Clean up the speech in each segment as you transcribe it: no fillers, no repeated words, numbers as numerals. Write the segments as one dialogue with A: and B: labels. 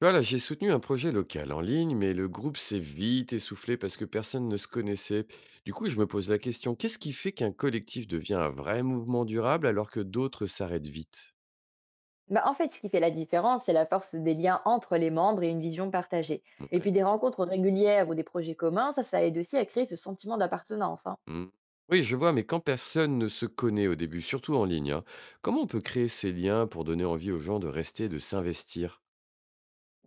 A: Voilà, j'ai soutenu un projet local en ligne, mais le groupe s'est vite essoufflé parce que personne ne se connaissait. Du coup, je me pose la question, qu'est-ce qui fait qu'un collectif devient un vrai mouvement durable alors que d'autres s'arrêtent vite?
B: Bah, en fait, ce qui fait la différence, c'est la force des liens entre les membres et une vision partagée. Et
A: Ouais.
B: puis des rencontres régulières ou des projets communs, ça aide aussi à créer ce sentiment d'appartenance, hein.
A: Hmm. Oui, je vois, mais quand personne ne se connaît au début, surtout en ligne, hein, comment on peut créer ces liens pour donner envie aux gens de rester et de s'investir?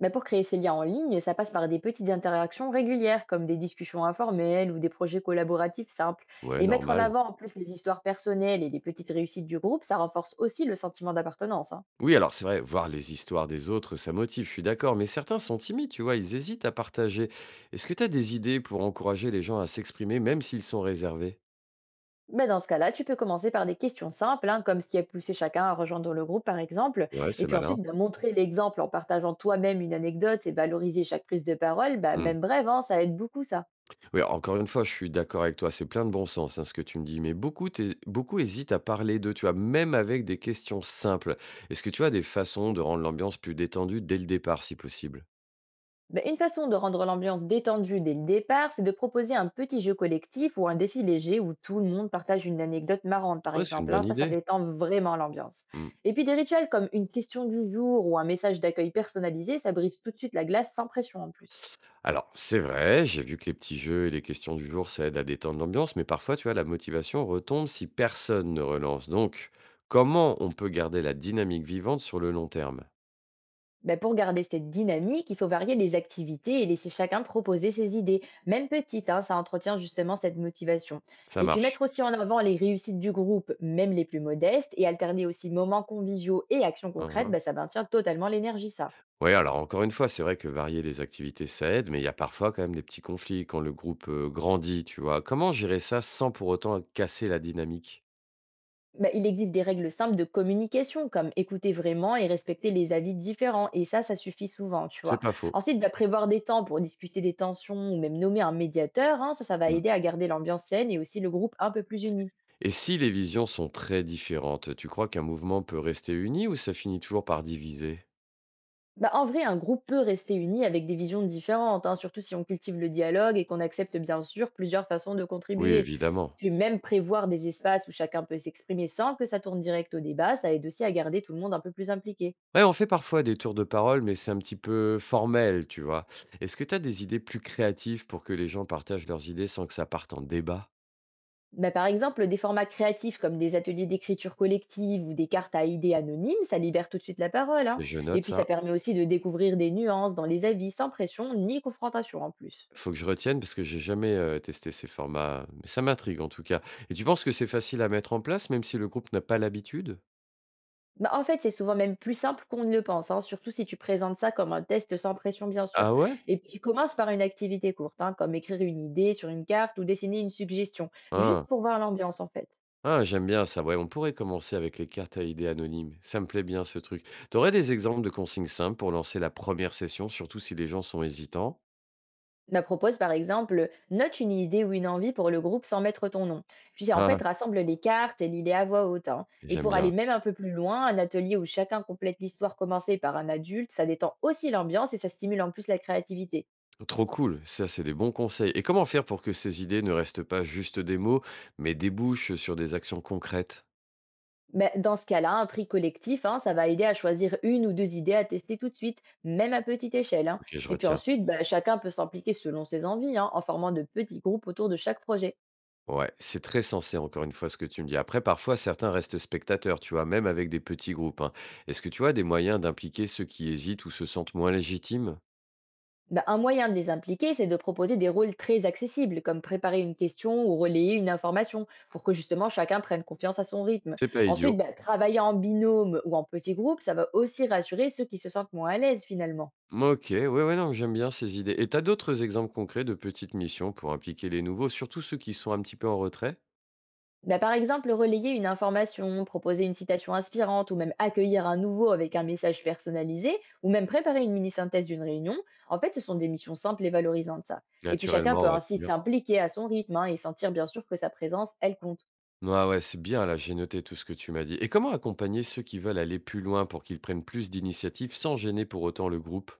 B: Mais pour créer ces liens en ligne, ça passe par des petites interactions régulières, comme des discussions informelles ou des projets collaboratifs simples.
A: Ouais,
B: Et mettre en
A: normal.
B: avant en plus les histoires personnelles et les petites réussites du groupe, ça renforce aussi le sentiment d'appartenance, hein.
A: Oui, alors c'est vrai, voir les histoires des autres, ça motive, je suis d'accord, mais certains sont timides, tu vois, ils hésitent à partager. Est-ce que tu as des idées pour encourager les gens à s'exprimer, même s'ils sont réservés?
B: Mais dans ce cas-là, tu peux commencer par des questions simples, hein, comme ce qui a poussé chacun à rejoindre le groupe, par exemple.
A: Ouais,
B: Et
A: c'est
B: puis
A: malin.
B: ensuite, bah, montrer l'exemple en partageant toi-même une anecdote et valoriser chaque prise de parole, bah,
A: Hmm.
B: même brève, hein, ça aide beaucoup ça.
A: Oui, encore une fois, je suis d'accord avec toi, c'est plein de bon sens, hein, ce que tu me dis, mais beaucoup, beaucoup hésitent à parler d'eux, tu vois, même avec des questions simples. Est-ce que tu as des façons de rendre l'ambiance plus détendue dès le départ, si possible?
B: Bah, une façon de rendre l'ambiance détendue dès le départ, c'est de proposer un petit jeu collectif ou un défi léger où tout le monde partage une anecdote marrante, par
A: Ouais, c'est une
B: exemple, hein.
A: bonne
B: Ça
A: idée.
B: détend vraiment l'ambiance. Et puis des rituels comme une question du jour ou un message d'accueil personnalisé, ça brise tout de suite la glace sans pression en plus.
A: Alors, c'est vrai, j'ai vu que les petits jeux et les questions du jour, ça aide à détendre l'ambiance, mais parfois, tu vois, la motivation retombe si personne ne relance. Donc, comment on peut garder la dynamique vivante sur le long terme?
B: Ben, pour garder cette dynamique, il faut varier les activités et laisser chacun proposer ses idées, même petites, hein, ça entretient justement cette motivation.
A: Ça
B: Et puis
A: marche.
B: mettre aussi en avant les réussites du groupe, même les plus modestes, et alterner aussi moments conviviaux et actions concrètes, ben, ça maintient totalement l'énergie, ça.
A: Oui, alors encore une fois, c'est vrai que varier les activités, ça aide, mais il y a parfois quand même des petits conflits quand le groupe grandit, tu vois. Comment gérer ça sans pour autant casser la dynamique?
B: Ben, il existe des règles simples de communication, comme écouter vraiment et respecter les avis différents, et ça suffit souvent, tu
A: C'est
B: vois.
A: pas faux.
B: Ensuite, ben, prévoir des temps pour discuter des tensions ou même nommer un médiateur, hein, ça va
A: Mm.
B: aider à garder l'ambiance saine et aussi le groupe un peu plus uni.
A: Et si les visions sont très différentes, tu crois qu'un mouvement peut rester uni ou ça finit toujours par diviser?
B: Bah, en vrai, un groupe peut rester uni avec des visions différentes, hein, surtout si on cultive le dialogue et qu'on accepte bien sûr plusieurs façons de
A: Oui,
B: contribuer.
A: évidemment.
B: Puis même prévoir des espaces où chacun peut s'exprimer sans que ça tourne direct au débat, ça aide aussi à garder tout le monde un peu plus impliqué.
A: Ouais, on fait parfois des tours de parole, mais c'est un petit peu formel, tu vois. Est-ce que tu as des idées plus créatives pour que les gens partagent leurs idées sans que ça parte en débat?
B: Bah, par exemple, des formats créatifs comme des ateliers d'écriture collective ou des cartes à idées anonymes, ça libère tout de suite la parole, hein.
A: Je
B: Et
A: note
B: puis ça
A: ça.
B: permet aussi de découvrir des nuances dans les avis sans pression ni confrontation en plus.
A: Faut que je retienne parce que j'ai jamais testé ces formats, mais ça m'intrigue en tout cas. Et tu penses que c'est facile à mettre en place, même si le groupe n'a pas l'habitude?
B: Bah, en fait, c'est souvent même plus simple qu'on ne le pense, hein, surtout si tu présentes ça comme un test sans pression, bien sûr.
A: Ah ouais?
B: Et puis, commence par une activité courte, hein, comme écrire une idée sur une carte ou dessiner une suggestion, juste
A: Ah,
B: pour voir l'ambiance, en fait.
A: ah, j'aime bien ça. Ouais, on pourrait commencer avec les cartes à idées anonymes. Ça me plaît bien ce truc. T'aurais des exemples de consignes simples pour lancer la première session, surtout si les gens sont hésitants?
B: Bah, propose, par exemple, note une idée ou une envie pour le groupe sans mettre ton nom. Puis, en fait,
A: Ah,
B: rassemble les cartes et lis-les à voix haute, hein. Et
A: j'aime
B: pour aller
A: bien.
B: même un peu plus loin, un atelier où chacun complète l'histoire commencée par un adulte, ça détend aussi l'ambiance et ça stimule en plus la créativité.
A: Trop cool, ça c'est des bons conseils. Et comment faire pour que ces idées ne restent pas juste des mots, mais débouchent sur des actions concrètes?
B: Ben, dans ce cas-là, un tri collectif, hein, ça va aider à choisir une ou deux idées à tester tout de suite, même à petite échelle, hein.
A: Ok, je
B: Et puis
A: retiens.
B: ensuite, ben, chacun peut s'impliquer selon ses envies, hein, en formant de petits groupes autour de chaque projet.
A: Ouais, c'est très sensé, encore une fois, ce que tu me dis. Après, parfois, certains restent spectateurs, tu vois, même avec des petits groupes, hein. Est-ce que tu as des moyens d'impliquer ceux qui hésitent ou se sentent moins légitimes?
B: Ben, un moyen de les impliquer, c'est de proposer des rôles très accessibles, comme préparer une question ou relayer une information, pour que justement chacun prenne confiance à son rythme.
A: C'est pas
B: Ensuite,
A: idiot.
B: ben, travailler en binôme ou en petit groupe, ça va aussi rassurer ceux qui se sentent moins à l'aise finalement.
A: Ok, ouais, ouais, non, j'aime bien ces idées. Et t'as d'autres exemples concrets de petites missions pour impliquer les nouveaux, surtout ceux qui sont un petit peu en retrait?
B: Bah, par exemple, relayer une information, proposer une citation inspirante ou même accueillir un nouveau avec un message personnalisé ou même préparer une mini-synthèse d'une réunion, en fait, ce sont des missions simples et valorisantes, ça. Et puis chacun peut
A: Naturellement, ouais,
B: ainsi
A: c'est bien.
B: s'impliquer à son rythme, hein, et sentir bien sûr que sa présence, elle compte.
A: Ah ouais, c'est bien là, j'ai noté tout ce que tu m'as dit. Et comment accompagner ceux qui veulent aller plus loin pour qu'ils prennent plus d'initiatives sans gêner pour autant le groupe?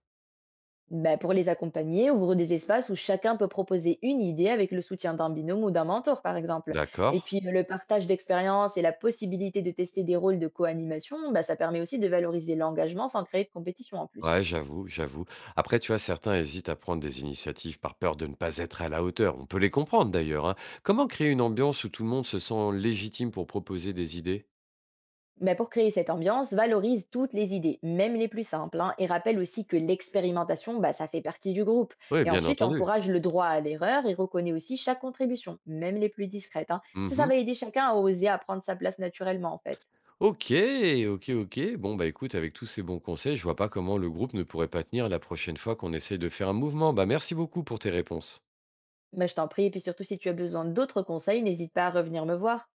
B: Bah, pour les accompagner, ouvre des espaces où chacun peut proposer une idée avec le soutien d'un binôme ou d'un mentor, par exemple. Et
A: D'accord.
B: puis le partage d'expériences et la possibilité de tester des rôles de co-animation, bah, ça permet aussi de valoriser l'engagement sans créer de compétition en plus.
A: Ouais, j'avoue, j'avoue. Après, tu vois, certains hésitent à prendre des initiatives par peur de ne pas être à la hauteur. On peut les comprendre d'ailleurs, hein. Comment créer une ambiance où tout le monde se sent légitime pour proposer des idées?
B: Mais pour créer cette ambiance, valorise toutes les idées, même les plus simples, hein, et rappelle aussi que l'expérimentation, bah, ça fait partie du groupe.
A: Oui,
B: Et
A: bien
B: ensuite,
A: entendu.
B: encourage le droit à l'erreur et reconnaît aussi chaque contribution, même les plus discrètes, hein. Ça
A: Mhm.
B: va aider chacun à oser à prendre sa place naturellement, en fait.
A: Ok, ok, ok. Bon, bah écoute, avec tous ces bons conseils, je vois pas comment le groupe ne pourrait pas tenir la prochaine fois qu'on essaye de faire un mouvement. Bah merci beaucoup pour tes réponses.
B: Mais je t'en prie, et puis surtout si tu as besoin d'autres conseils, n'hésite pas à revenir me voir.